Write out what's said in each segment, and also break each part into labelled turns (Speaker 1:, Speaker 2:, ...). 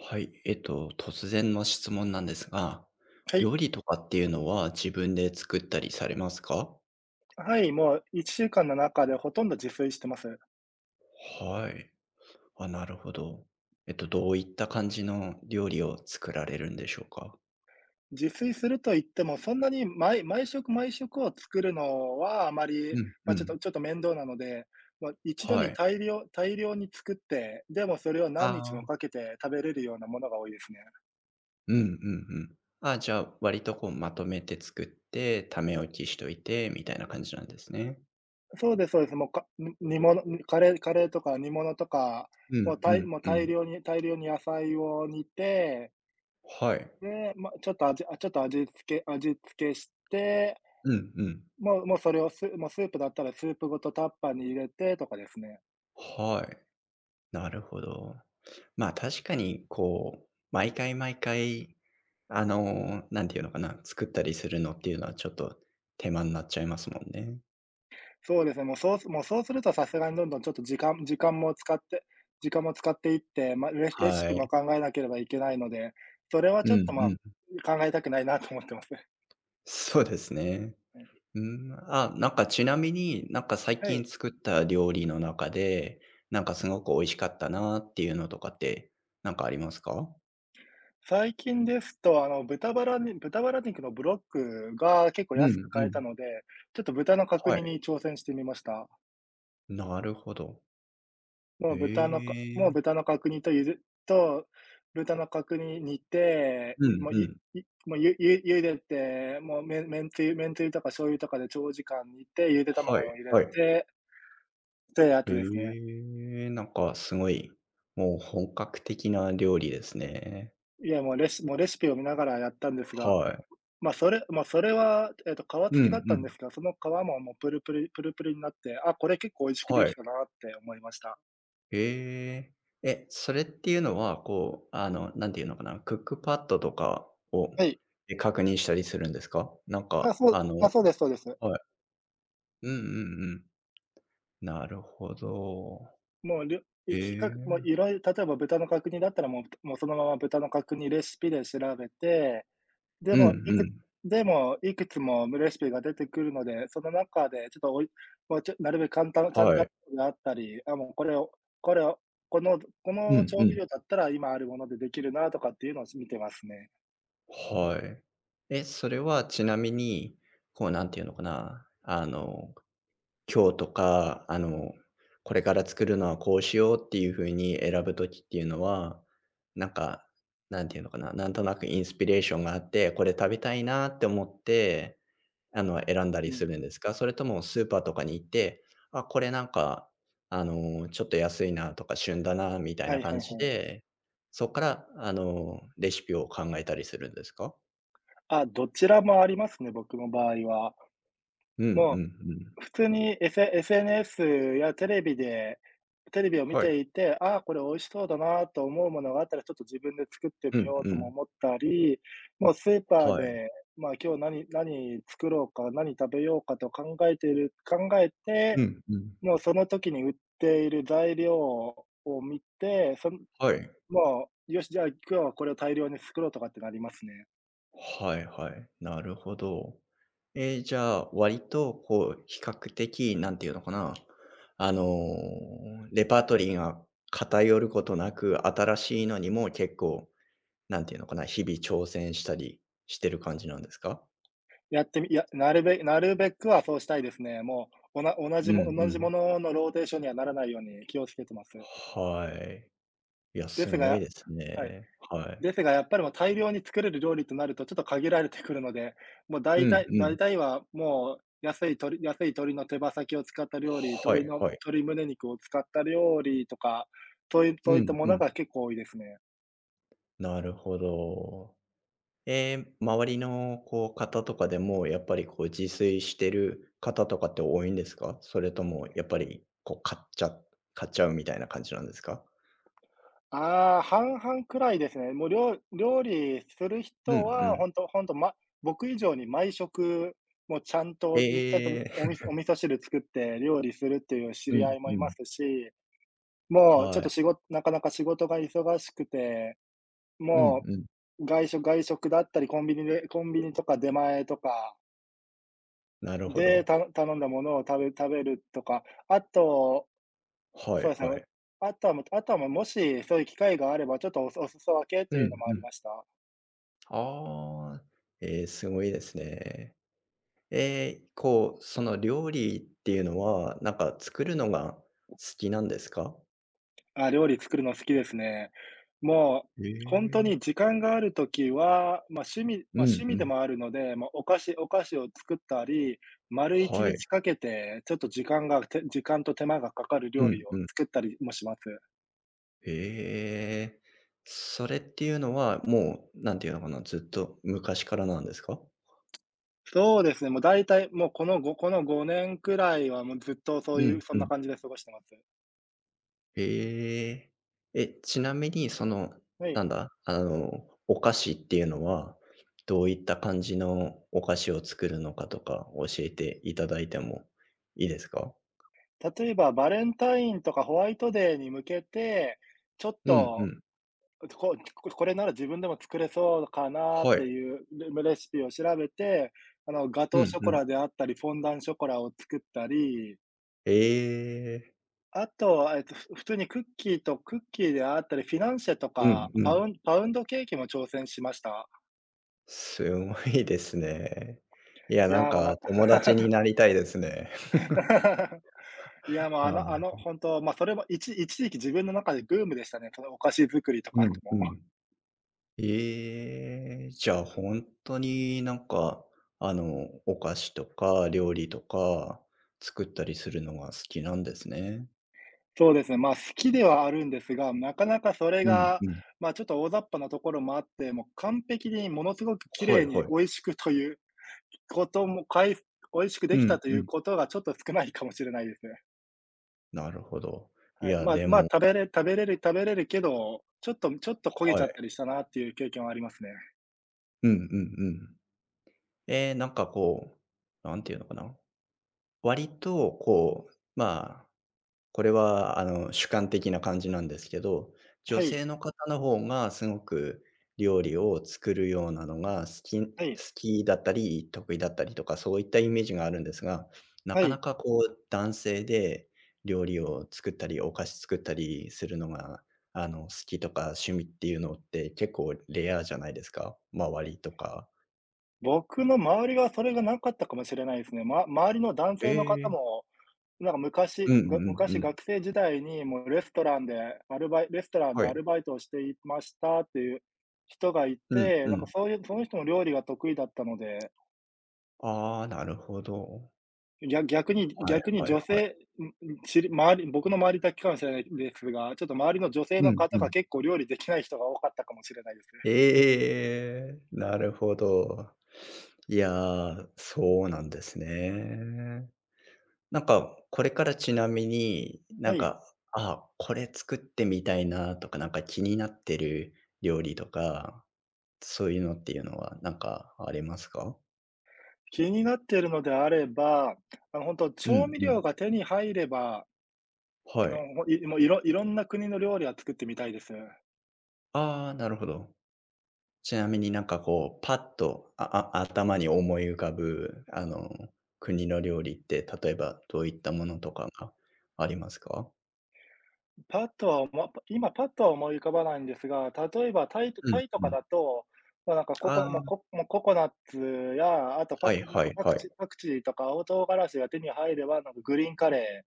Speaker 1: はい、突然の質問なんですが、
Speaker 2: はい。
Speaker 1: 料理とかっていうのは自分で作ったりされますか？
Speaker 2: はい、もう1週間の中でほとんど自炊してます。
Speaker 1: はい。あ、なるほど。どういった感じの料理を作られるんでしょうか？
Speaker 2: 自炊すると言っても、そんなに毎食を作るのはあまり、
Speaker 1: うん
Speaker 2: ま、
Speaker 1: う
Speaker 2: ちょっと
Speaker 1: ん。
Speaker 2: ちょっと面倒なので、ま、一度
Speaker 1: は
Speaker 2: に
Speaker 1: い。
Speaker 2: 大量に作って、でもそれを何日
Speaker 1: あ
Speaker 2: もか
Speaker 1: あ、
Speaker 2: けて食べれるようなものが多いですね。
Speaker 1: うんうんうん。あ、じゃあ、割とこうまとめて作って、ため置きしといてみたいな感じなんですね。
Speaker 2: そうですそうです。もう、煮物にカレーとか煮物とか、
Speaker 1: う
Speaker 2: もう
Speaker 1: ん
Speaker 2: た
Speaker 1: う
Speaker 2: い
Speaker 1: ん
Speaker 2: もう
Speaker 1: う
Speaker 2: 大
Speaker 1: ん。
Speaker 2: 量に大量に野菜を煮て、
Speaker 1: はい。
Speaker 2: で、ま、ちょっと味付けして
Speaker 1: うんうん。
Speaker 2: もうもうそれをスもうスープだったらスープごとタッパーに入れてとかですね。
Speaker 1: はい。なるほど。まあ、確かにこう、毎回毎回、あの、なんていうのかな、作ったりするのっていうのはちょっと手間になっちゃいますもんね。
Speaker 2: そうですね、もうそうするとさすがにどんどんちょっと時間も使っていって、ま、レシレシ
Speaker 1: は
Speaker 2: ピも
Speaker 1: い。
Speaker 2: 考えなければいけないので、それは
Speaker 1: う
Speaker 2: ちょっ
Speaker 1: ん
Speaker 2: と、まあ、
Speaker 1: うん。
Speaker 2: 考えたくないなと思ってます。
Speaker 1: そうですね。
Speaker 2: うん。
Speaker 1: うん、あ、なんかちなみに、なんか最
Speaker 2: は
Speaker 1: 近
Speaker 2: い。
Speaker 1: 作った料理の中で、なんかすごく美味しかったなっていうのとかって、なんかありますか？
Speaker 2: 最近ですと、豚バラ肉のブロックが結構
Speaker 1: う
Speaker 2: 安
Speaker 1: ん
Speaker 2: く
Speaker 1: う
Speaker 2: 買えた
Speaker 1: ん。
Speaker 2: ので、ちょっと豚の角
Speaker 1: は
Speaker 2: 煮に
Speaker 1: い。
Speaker 2: 挑戦してみました。
Speaker 1: なるほど。
Speaker 2: もう
Speaker 1: え
Speaker 2: 豚のかもう
Speaker 1: え。
Speaker 2: 豚の角煮とゆずと、豚の角煮煮て、
Speaker 1: う
Speaker 2: い
Speaker 1: ん
Speaker 2: もう、
Speaker 1: う
Speaker 2: ゆ
Speaker 1: ん。
Speaker 2: いもう、ゆゆ茹でて、もうめんつゆとか醤油とかで長時間煮て、ゆで
Speaker 1: は
Speaker 2: 卵
Speaker 1: い
Speaker 2: も入れ
Speaker 1: はい。
Speaker 2: て、で、あとですね、
Speaker 1: ええ、なんかすごい、もう本格的な料理ですね。
Speaker 2: いや、もうレシピを見ながらやったんですが、
Speaker 1: はい。
Speaker 2: ま、それは、皮
Speaker 1: う
Speaker 2: 付きだ
Speaker 1: ん
Speaker 2: っ
Speaker 1: う
Speaker 2: たんで
Speaker 1: ん。
Speaker 2: すが、その皮ももうプルプルプルプルになって、あ、これ結構美味しくで
Speaker 1: は
Speaker 2: き
Speaker 1: い。
Speaker 2: たなって思いました。
Speaker 1: ええ。え、それっていうのは、こう、あの、なんていうのかな、クックパッドとかを、
Speaker 2: はい。
Speaker 1: え、確認したりするんですか？なんか、
Speaker 2: そうですそうです。
Speaker 1: はい。うんうんうん。なるほど。
Speaker 2: もう、りょい
Speaker 1: え
Speaker 2: きか
Speaker 1: え。
Speaker 2: もういろいろ例えば豚の角煮だったら、もうそのまま豚の角煮レシピで調べて、で
Speaker 1: うんう
Speaker 2: も、いく
Speaker 1: ん。
Speaker 2: でも、いくつもレシピが出てくるので、その中でちょっとおいまあ、なるべく簡単簡
Speaker 1: は
Speaker 2: 単
Speaker 1: い。
Speaker 2: であったり、あ、もうこれをこれをこのこ
Speaker 1: う
Speaker 2: の
Speaker 1: ん
Speaker 2: 調
Speaker 1: う
Speaker 2: 味
Speaker 1: ん。
Speaker 2: 料だったら今あるものでできるなとかっていうのを見てますね。
Speaker 1: はい。え、それはちなみに、こう、なんていうのかな、今日とか、あの、これから作るのはこうしようっていう風に選ぶ時っていうのは、なんか、なんていうのかな、なんとなくインスピレーションがあって、これ食べたいなって思って、あの、選んだ
Speaker 2: う
Speaker 1: りす
Speaker 2: ん。
Speaker 1: るんですか？それともスーパーとかに行って、あ、これなんか、あの、ちょっと安いなとか旬だなみたい
Speaker 2: は
Speaker 1: な
Speaker 2: いはいは
Speaker 1: 感
Speaker 2: い。
Speaker 1: じで、そっから、あの、レシピを考えたりするんですか？
Speaker 2: あ、どちらもありますね、僕の場合は。
Speaker 1: うんうんう
Speaker 2: も
Speaker 1: ん。
Speaker 2: う普通に、SNS やテレビを見
Speaker 1: はい。
Speaker 2: ていて、ああ、これ美味しそうだなと思うものがあったら、ちょっと自分で作って
Speaker 1: う
Speaker 2: み
Speaker 1: ん
Speaker 2: よう
Speaker 1: う
Speaker 2: とも
Speaker 1: ん。
Speaker 2: 思ったり、もうスーパー
Speaker 1: はい。
Speaker 2: で、まあ、今日何作ろうか、何食べようかと考えている考え
Speaker 1: う
Speaker 2: て、
Speaker 1: んうん。
Speaker 2: もうその時に売っている材料を見て、
Speaker 1: はい。
Speaker 2: もう、よし、じゃあ今日はこれを大量に作ろうとかってなりますね。
Speaker 1: はいはい。なるほど。じゃあ、割と、こう、比較的、なんていうのかな。レパートリーが偏ることなく、新しいのにも結構、なんていうのかな、日々挑戦したりしてる感じなんですか？
Speaker 2: やってみいや、なるべくはそうしたいですね。もう、おな同
Speaker 1: うん
Speaker 2: じ
Speaker 1: う
Speaker 2: も同じも
Speaker 1: ん。
Speaker 2: ののローテーションにはならないように気をつけてます。
Speaker 1: はい。いや、
Speaker 2: で
Speaker 1: す
Speaker 2: す
Speaker 1: ごい
Speaker 2: が
Speaker 1: です
Speaker 2: はい。
Speaker 1: ね。はい。
Speaker 2: ですがやっぱりもう大量に作れる料理となると、ちょっと限られてくるので、もう
Speaker 1: う
Speaker 2: 大
Speaker 1: ん
Speaker 2: 体
Speaker 1: う
Speaker 2: 大
Speaker 1: ん。
Speaker 2: 体はもう安い鶏の手羽先を使った料理、
Speaker 1: は
Speaker 2: 鶏
Speaker 1: い
Speaker 2: の
Speaker 1: はい。
Speaker 2: 鶏胸肉を使った料理とか、そういうそ
Speaker 1: う
Speaker 2: ういった
Speaker 1: ん
Speaker 2: も
Speaker 1: う
Speaker 2: の
Speaker 1: ん。
Speaker 2: が結構多いですね。
Speaker 1: なるほど。周りのこう方とかでも、やっぱりこう自炊してる方とかって多いんですか？それともやっぱり、こう買っちゃうみたいな感じなんですか？
Speaker 2: ああ、半々くらいですね。もう料理する
Speaker 1: うん
Speaker 2: 人
Speaker 1: う
Speaker 2: は、
Speaker 1: ん。
Speaker 2: ほんとほんと、ま僕以上に毎食、もうちゃん
Speaker 1: へ
Speaker 2: と、み
Speaker 1: え。
Speaker 2: おみそお味噌汁作って料理するっていう 知
Speaker 1: う
Speaker 2: り合
Speaker 1: ん
Speaker 2: いも
Speaker 1: う
Speaker 2: いま
Speaker 1: ん。
Speaker 2: すし、もうちょ
Speaker 1: は
Speaker 2: っ
Speaker 1: い。
Speaker 2: となかなか仕事が忙しくて、
Speaker 1: うん
Speaker 2: も
Speaker 1: うん。
Speaker 2: う、外食だったり、コンビニとか出前とか
Speaker 1: なるほ
Speaker 2: で、
Speaker 1: ど。
Speaker 2: 頼んだものを食べるとか、あと
Speaker 1: は
Speaker 2: そう
Speaker 1: い
Speaker 2: です
Speaker 1: は
Speaker 2: ね。
Speaker 1: い。
Speaker 2: あとはもう、もしそういう機会があれば、ちょっとお裾分け
Speaker 1: う
Speaker 2: というの
Speaker 1: ん
Speaker 2: もあ
Speaker 1: う
Speaker 2: り
Speaker 1: ん。
Speaker 2: ました。
Speaker 1: ああ、すごいですね。こう、その料理っていうのは、なんか作るのが好きなんですか？
Speaker 2: あ、料理作るの好きですね。もう、
Speaker 1: へ
Speaker 2: ほんと
Speaker 1: え。
Speaker 2: に時間がある時は、ま、趣味ま、
Speaker 1: うん
Speaker 2: 趣
Speaker 1: う
Speaker 2: 味で
Speaker 1: ん。
Speaker 2: もあるので、ま、お菓子を作ったり、丸一
Speaker 1: はい。
Speaker 2: 日かけて、ちょっと時間と手間がかかる
Speaker 1: う
Speaker 2: 料理
Speaker 1: んう
Speaker 2: を
Speaker 1: ん。
Speaker 2: 作ったりもします。
Speaker 1: へえ。それっていうのは、もう、なんていうのかな、ずっと昔からなんですか？
Speaker 2: そうですね、もう大体、もうこの5年くらいはもうずっとそう
Speaker 1: う
Speaker 2: い
Speaker 1: ん、
Speaker 2: うそん
Speaker 1: う
Speaker 2: な
Speaker 1: ん。
Speaker 2: 感じで過ごしてます。
Speaker 1: へえ。え、ちなみにその、
Speaker 2: はい。
Speaker 1: なんだ、あの、お菓子っていうのは、どういった感じのお菓子を作るのかとか教えていただいてもいいですか？
Speaker 2: 例えば、バレンタインとかホワイトデーに向けて、ちょっ
Speaker 1: うんう
Speaker 2: と、
Speaker 1: ん。
Speaker 2: ここれなら自分でも作れそうかなっ
Speaker 1: は
Speaker 2: て
Speaker 1: い。
Speaker 2: いうレシピを調べて、ガ
Speaker 1: う
Speaker 2: トーシ
Speaker 1: ん
Speaker 2: ョコ
Speaker 1: うん。
Speaker 2: ラであったり、フォンダンショコラを作ったり、
Speaker 1: ええ。
Speaker 2: あと、普通にクッキーであったり、フィナンシェと
Speaker 1: う
Speaker 2: か、
Speaker 1: んう
Speaker 2: パ
Speaker 1: ん。
Speaker 2: ウンパウンドケーキも挑戦しました。
Speaker 1: すごいですね。いや、
Speaker 2: い
Speaker 1: なん
Speaker 2: や、もうな
Speaker 1: か
Speaker 2: んか。
Speaker 1: 友達になりたいですね。
Speaker 2: いや、もう、
Speaker 1: はい。
Speaker 2: 本当まあそれも一時期自分の中でブームでしたね、そのお菓子作りとか
Speaker 1: うん、う
Speaker 2: も。
Speaker 1: ん。ええ、じゃあ本当になんか、あの、お菓子とか料理とか作ったりするのが好きなんですね。
Speaker 2: そうですね、まあ、好きではあるんですが、なかなかそれ
Speaker 1: うん
Speaker 2: が、
Speaker 1: うん。
Speaker 2: まあ、ちょっと大雑把なところもあって、もう完璧にものすごく綺
Speaker 1: は
Speaker 2: 麗
Speaker 1: い
Speaker 2: に
Speaker 1: はい。
Speaker 2: 美味しくということも、美味しくで
Speaker 1: う
Speaker 2: きた
Speaker 1: ん
Speaker 2: と
Speaker 1: う
Speaker 2: いう
Speaker 1: ん。
Speaker 2: ことがちょっと少ないかもしれないですね。
Speaker 1: なるほど。い
Speaker 2: はい。
Speaker 1: や、
Speaker 2: まあ
Speaker 1: で
Speaker 2: まあ、
Speaker 1: も
Speaker 2: 食べれるけど、ちょっと焦げち
Speaker 1: は
Speaker 2: ゃっ
Speaker 1: い。
Speaker 2: たりしたなっていう経験はありますね。
Speaker 1: うんうんうん。ええ、なんかこう、なんていうのかな、割とこう、まあこれはあの、主観的な感じなんですけど、女
Speaker 2: はい、
Speaker 1: 性の方の方がすごく料理を作るようなのが好
Speaker 2: はい、
Speaker 1: きだったり、得意だったりとか、そういったイメージがあるんですが、な
Speaker 2: は
Speaker 1: かな
Speaker 2: い。
Speaker 1: かこう男性で料理を作ったり、お菓子作ったりするのが、あの、好きとか趣味っていうのって結構レアじゃないですか？周りとか。
Speaker 2: 僕の周りはそれがなかったかもしれないですね。ま周りの男
Speaker 1: え
Speaker 2: 性の方
Speaker 1: え。
Speaker 2: もなんか
Speaker 1: う
Speaker 2: 昔、
Speaker 1: んうん
Speaker 2: が
Speaker 1: う
Speaker 2: 昔
Speaker 1: ん。
Speaker 2: 学生時代にもうレストランで
Speaker 1: は
Speaker 2: ア
Speaker 1: い。
Speaker 2: ルバイトをしていましたっていう人がい
Speaker 1: うん
Speaker 2: て、
Speaker 1: う
Speaker 2: なんか
Speaker 1: ん。
Speaker 2: そういうその人も料理が得意だったので、
Speaker 1: ああ、なるほど。
Speaker 2: 逆逆に
Speaker 1: はい
Speaker 2: 逆に
Speaker 1: はい
Speaker 2: 女
Speaker 1: はい。
Speaker 2: 性、んん、知り周り僕の周りだけかもしれないですが、ちょっと周りの女性
Speaker 1: う
Speaker 2: の
Speaker 1: ん
Speaker 2: 方
Speaker 1: う
Speaker 2: が
Speaker 1: ん。
Speaker 2: 結構料理できない人が多かったかもしれないですね。
Speaker 1: ええ、なるほど。いや、そうなんですね。なんか、これからちなみに、
Speaker 2: は
Speaker 1: なん
Speaker 2: い。
Speaker 1: か、あ、これ作ってみたいなとか、なんか気になってる料理とか、そういうのっていうのはなんかありますか？
Speaker 2: 気になっているのであれば、本当
Speaker 1: う
Speaker 2: 調
Speaker 1: ん
Speaker 2: 味
Speaker 1: う
Speaker 2: 料
Speaker 1: ん。
Speaker 2: が手に入れば、
Speaker 1: は
Speaker 2: の、
Speaker 1: い。
Speaker 2: もういろいろんな国の料理は作ってみたいです。
Speaker 1: ああ、なるほど。ちなみになんかこう、パッと、ああ頭に思い浮かぶ、あの、国の料理って、例えばどういったものとかがありますか？
Speaker 2: パッとは、今パッとは思い浮かばないんですが、例えばタイと
Speaker 1: う
Speaker 2: タ
Speaker 1: ん
Speaker 2: イと
Speaker 1: う
Speaker 2: か
Speaker 1: ん。
Speaker 2: だと、まあ、なんかココもう
Speaker 1: あ
Speaker 2: コもうココナッツや、あと
Speaker 1: あ、
Speaker 2: パ
Speaker 1: はい
Speaker 2: クなん
Speaker 1: は
Speaker 2: か
Speaker 1: い
Speaker 2: パク
Speaker 1: は
Speaker 2: チ
Speaker 1: い。
Speaker 2: ーパクチーとか青唐辛子が手に入れば、なんかグリーンカレ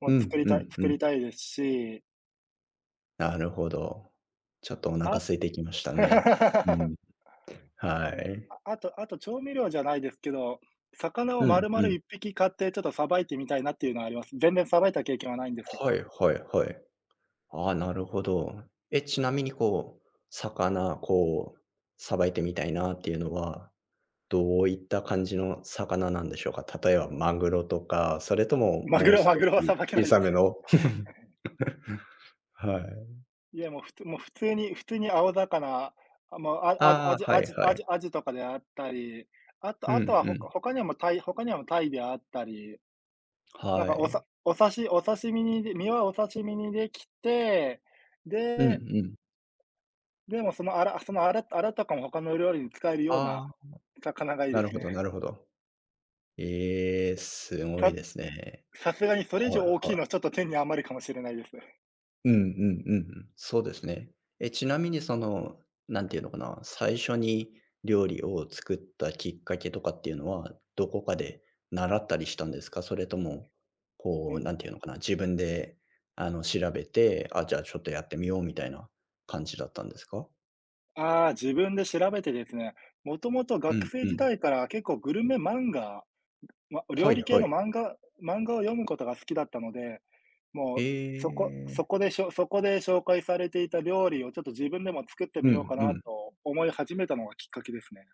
Speaker 2: ー
Speaker 1: う
Speaker 2: も作
Speaker 1: ん
Speaker 2: り
Speaker 1: う
Speaker 2: たい
Speaker 1: ん
Speaker 2: 作
Speaker 1: う
Speaker 2: り
Speaker 1: ん。
Speaker 2: たいですし、
Speaker 1: なるほど。ちょっとお腹
Speaker 2: あ。
Speaker 1: 空いてきましたね。う ん。は
Speaker 2: ね、
Speaker 1: い。
Speaker 2: ああとあと調味料じゃないですけど、魚を
Speaker 1: うん
Speaker 2: 丸
Speaker 1: う
Speaker 2: 々
Speaker 1: ん。
Speaker 2: 1匹買ってちょっと捌いてみたいなっていうのはあります。全然捌いた経験はないんです
Speaker 1: は
Speaker 2: が、
Speaker 1: いはいはい。ああ、なるほど。え、ちなみにこう、魚、こう、さばいてみたいなっていうのは、どういった感じの魚なんでしょうか？例えばマグロとか、それとも、
Speaker 2: マグ
Speaker 1: もう
Speaker 2: ロ
Speaker 1: 少
Speaker 2: マグロは
Speaker 1: し
Speaker 2: 捌けな
Speaker 1: 小
Speaker 2: い
Speaker 1: さ
Speaker 2: です。
Speaker 1: めの。はい。
Speaker 2: いや、もう、もう普通に青魚、あ、もう、あアジア
Speaker 1: ああ、
Speaker 2: ジ
Speaker 1: は
Speaker 2: ア
Speaker 1: い
Speaker 2: ジ
Speaker 1: は
Speaker 2: アジ
Speaker 1: い。
Speaker 2: アジとかであったり、あと
Speaker 1: う
Speaker 2: あと
Speaker 1: ん
Speaker 2: は
Speaker 1: う
Speaker 2: ほか
Speaker 1: ん。
Speaker 2: 他にはもうタイであったり、なん
Speaker 1: は
Speaker 2: かおさ
Speaker 1: い。
Speaker 2: お刺しお刺身にで身はお刺身にできて、
Speaker 1: うんう
Speaker 2: で、
Speaker 1: ん。
Speaker 2: でもそのアラとかも他の料理に使えるような
Speaker 1: ああ。
Speaker 2: 魚がいいで
Speaker 1: なる
Speaker 2: す
Speaker 1: ほど
Speaker 2: ね。
Speaker 1: なるほど。ええ、すごい
Speaker 2: さ
Speaker 1: ですね。
Speaker 2: さすがにそれ以
Speaker 1: は
Speaker 2: 上
Speaker 1: い
Speaker 2: 大き
Speaker 1: は
Speaker 2: い
Speaker 1: い。
Speaker 2: のはちょっと手に余るかもしれないです。
Speaker 1: うんうんうんうん。そうですね。え、ちなみにその、なんていうのかな、最初に料理を作ったきっかけとかっていうのは、どこかで習ったりしたんですか？それとも、
Speaker 2: う
Speaker 1: こう、
Speaker 2: ん。
Speaker 1: なんていうのかな、自分で、あの、調べて、あ、じゃあちょっとやってみようみたいな感じだったんですか？
Speaker 2: ああ、自分で調べてですね、もともと
Speaker 1: う
Speaker 2: 学
Speaker 1: ん
Speaker 2: 生
Speaker 1: う
Speaker 2: 時
Speaker 1: ん。
Speaker 2: 代から結構グルメ漫画、
Speaker 1: は
Speaker 2: 料
Speaker 1: い
Speaker 2: 理系
Speaker 1: はい。
Speaker 2: の漫画を読むことが好きだったので、もう、
Speaker 1: え
Speaker 2: そこそ
Speaker 1: え。
Speaker 2: こでしょそこで紹介されていた料理をちょっと自分でも作って
Speaker 1: う
Speaker 2: みよう
Speaker 1: ん
Speaker 2: か
Speaker 1: う
Speaker 2: な
Speaker 1: ん。
Speaker 2: と思い始めたのがきっかけですね。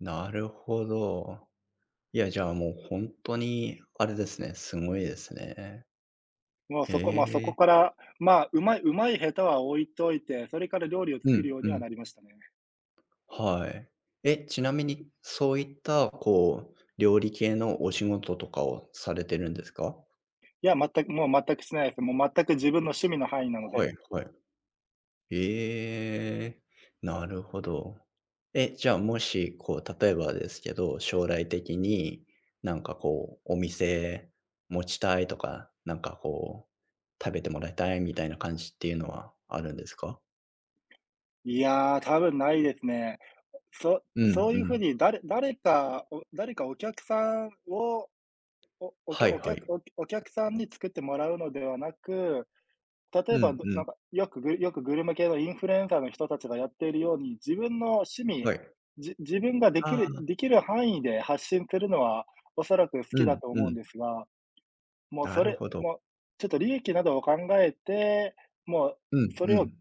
Speaker 1: なるほど。いや、じゃあ、もう本当にあれですね、すごいですね。
Speaker 2: もう
Speaker 1: へ
Speaker 2: そこまあ、そこ
Speaker 1: え。
Speaker 2: から、まあ、うまい下手は置いといて、それから料理を
Speaker 1: う
Speaker 2: 作る
Speaker 1: ん
Speaker 2: よう
Speaker 1: う
Speaker 2: には
Speaker 1: ん。
Speaker 2: なりましたね。
Speaker 1: はい。え、ちなみにそういった、こう、料理系のお仕事とかをされてるんですか？
Speaker 2: いや、全く、もう全くしてないです。もう全く自分の趣味の範囲なの
Speaker 1: は
Speaker 2: で。
Speaker 1: いはい。ええ、なるほど。え、じゃあ、もし、こう、例えばですけど、将来的に、なんかこう、お店持ちたいとか、なんかこう、食べてもらいたいみたいな感じっていうのはあるんですか？
Speaker 2: いやー、多分ないですね。そ
Speaker 1: うんう
Speaker 2: そういうふう
Speaker 1: ん。
Speaker 2: に誰かお客さんをおお
Speaker 1: は
Speaker 2: 客
Speaker 1: い
Speaker 2: お
Speaker 1: は
Speaker 2: 客
Speaker 1: い。
Speaker 2: お客お客さんに作ってもらうのではなく、例え
Speaker 1: う
Speaker 2: ば、
Speaker 1: んう
Speaker 2: な
Speaker 1: ん。
Speaker 2: んか、よくグルメ系のインフルエンサーの人たちがやっているように、自分の趣味、
Speaker 1: はい。
Speaker 2: 自分ができ
Speaker 1: あ
Speaker 2: る
Speaker 1: あ、
Speaker 2: できる範囲で発信するのは、おそらく好
Speaker 1: う
Speaker 2: きだ
Speaker 1: ん
Speaker 2: と
Speaker 1: う
Speaker 2: 思うん
Speaker 1: ん。
Speaker 2: ですが、もう
Speaker 1: な
Speaker 2: そ
Speaker 1: る
Speaker 2: れ
Speaker 1: ほど。
Speaker 2: もう、ちょっと利益などを考えて、も
Speaker 1: う
Speaker 2: う
Speaker 1: ん
Speaker 2: そ
Speaker 1: う
Speaker 2: れを
Speaker 1: ん。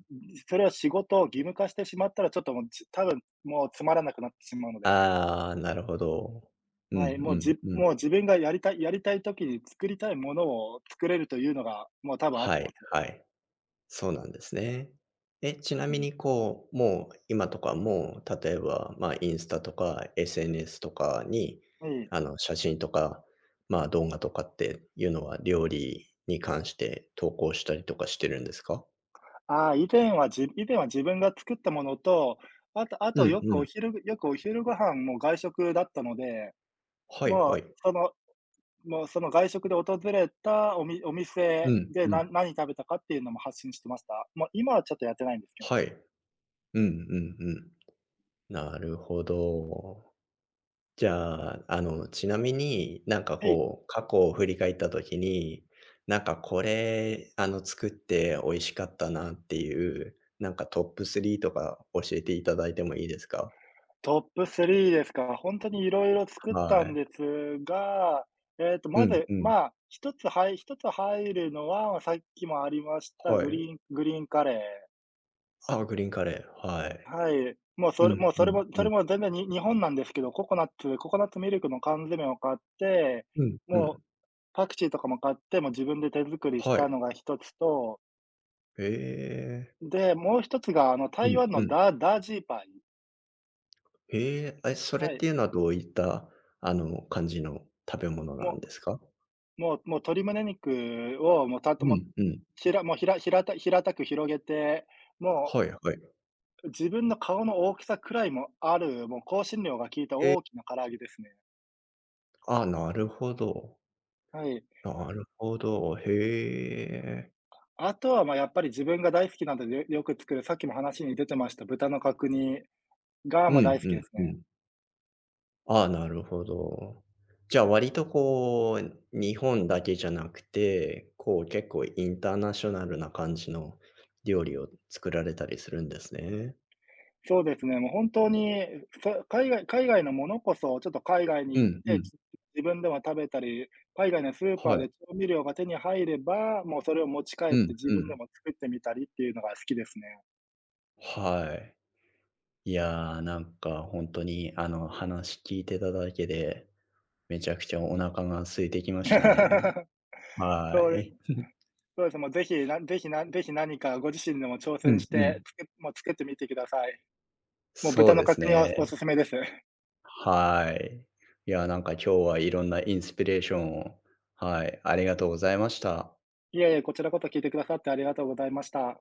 Speaker 2: それを仕事を義務化してしまったら、ちょっともう、多分もうつまらなくなってしまうので。
Speaker 1: ああ、なるほど。うん
Speaker 2: はい、
Speaker 1: うんうん。
Speaker 2: もう自分がやりたい時に作りたいものを作れるというのが、もう多分合っ
Speaker 1: は
Speaker 2: てま
Speaker 1: い
Speaker 2: す。
Speaker 1: はい。そうなんですね。え、ちな
Speaker 2: う
Speaker 1: み
Speaker 2: ん。
Speaker 1: にこう、もう今とかもう、例えば、まあ、インスタとか SNS とかに、
Speaker 2: はい。
Speaker 1: あの、写真とか、まあ、動画とかっていうのは、料理に関して投稿したりとかしてるんですか？
Speaker 2: ああ、以前は自分が作ったものと、あとあ
Speaker 1: う
Speaker 2: と
Speaker 1: ん
Speaker 2: よ
Speaker 1: う
Speaker 2: くお
Speaker 1: ん。
Speaker 2: 昼よくお昼ご飯も外食だったので、
Speaker 1: はいは
Speaker 2: も
Speaker 1: い。
Speaker 2: うそのもうその外食で訪れたお
Speaker 1: う
Speaker 2: 店
Speaker 1: ん
Speaker 2: で
Speaker 1: うん。
Speaker 2: 何食べたかっていうのも発信してました。もう今はちょっとやってないんですけどね。
Speaker 1: はい。うんうんうん。なるほど。じゃあ、あの、ちなみになんか
Speaker 2: はい。
Speaker 1: こう、過去を振り返った時に、なんかこれ、あの、作って美味しかったなっていう、なんかトップ3とか教えていただいてもいいですか？
Speaker 2: トップ3ですか。本当にいろいろ作っ
Speaker 1: は
Speaker 2: たん
Speaker 1: い。
Speaker 2: ですが、
Speaker 1: う
Speaker 2: ま
Speaker 1: ん
Speaker 2: ず、
Speaker 1: うん。
Speaker 2: まあ、はい、一つ入るのは、さっきもありました、
Speaker 1: は
Speaker 2: グ
Speaker 1: い。
Speaker 2: リーングリーンカレ
Speaker 1: あ、グリーンカレー、は
Speaker 2: ー。
Speaker 1: い。
Speaker 2: はい。もう
Speaker 1: う
Speaker 2: それ
Speaker 1: ん
Speaker 2: もうそ
Speaker 1: う
Speaker 2: れ
Speaker 1: ん
Speaker 2: もそ
Speaker 1: う
Speaker 2: れ
Speaker 1: ん。
Speaker 2: も全然に日本なんですけど、ココナッツミルクの缶詰を買って、
Speaker 1: うんう
Speaker 2: もう
Speaker 1: ん。
Speaker 2: パクチーとかも買って、もう自分で手作りし
Speaker 1: は
Speaker 2: た
Speaker 1: い。
Speaker 2: のが一つと、
Speaker 1: へえ。
Speaker 2: で、もう一つが、あの、
Speaker 1: う
Speaker 2: 台
Speaker 1: ん
Speaker 2: 湾
Speaker 1: う
Speaker 2: の
Speaker 1: ん。
Speaker 2: ダージーパイ。
Speaker 1: へえ、あ、それ
Speaker 2: は
Speaker 1: っ
Speaker 2: い。
Speaker 1: ていうのはどういった、あの、感じの食べ物な
Speaker 2: も
Speaker 1: んですか？
Speaker 2: もうもう鶏胸肉を、もうたと
Speaker 1: う
Speaker 2: もう、
Speaker 1: んうん。
Speaker 2: ひらもうひら平た平たく広げて、も
Speaker 1: はいはい。
Speaker 2: う自分の顔の大きさくらいもある、もう香辛料が効いた
Speaker 1: へえ、
Speaker 2: 大きな唐揚げですね。
Speaker 1: あ、なるほど。
Speaker 2: はい。
Speaker 1: なるほど。へえ。
Speaker 2: あとは、ま、やっぱり自分が大好きなので、よく作る、さっきも話に出てました豚の角煮が、
Speaker 1: う
Speaker 2: ま、大
Speaker 1: ん
Speaker 2: 好
Speaker 1: う
Speaker 2: きです
Speaker 1: んう
Speaker 2: ね。
Speaker 1: ん。あ、なるほど。じゃあ割とこう、日本だけじゃなくて、こう結構インターナショナルな感じの料理を作られたりするんですね。
Speaker 2: そうですね、もう本当に、さ海外海外のものこそ、ちょっと海外に
Speaker 1: う
Speaker 2: 行っ
Speaker 1: んう
Speaker 2: て、
Speaker 1: ん。
Speaker 2: 自分でも食べたり、海外のスーパ
Speaker 1: は
Speaker 2: ーで
Speaker 1: い。
Speaker 2: 調味料が手に入れば、もうそれを持ち帰っ
Speaker 1: う
Speaker 2: て
Speaker 1: ん
Speaker 2: 自
Speaker 1: う
Speaker 2: 分で
Speaker 1: ん。
Speaker 2: も作ってみたりっていうのが好きですね。
Speaker 1: はい。いやー、なんか本当にあの、話聞いてただけで、めちゃくちゃお腹が空いてきましたね。は
Speaker 2: そうで
Speaker 1: い。
Speaker 2: そうです、もうぜひ、なぜひなぜひ何かご自身でも挑
Speaker 1: う
Speaker 2: 戦
Speaker 1: ん
Speaker 2: し
Speaker 1: う
Speaker 2: て、
Speaker 1: ん。
Speaker 2: もう作ってみてください。もう
Speaker 1: そ
Speaker 2: 豚
Speaker 1: う
Speaker 2: の
Speaker 1: です
Speaker 2: 角煮は
Speaker 1: ね。
Speaker 2: お勧めです。
Speaker 1: はい。いや、なんか今日はいろんなインスピレーションをはい、ありがとうございました。
Speaker 2: いえいえ、こちらこそ聞いてくださってありがとうございました。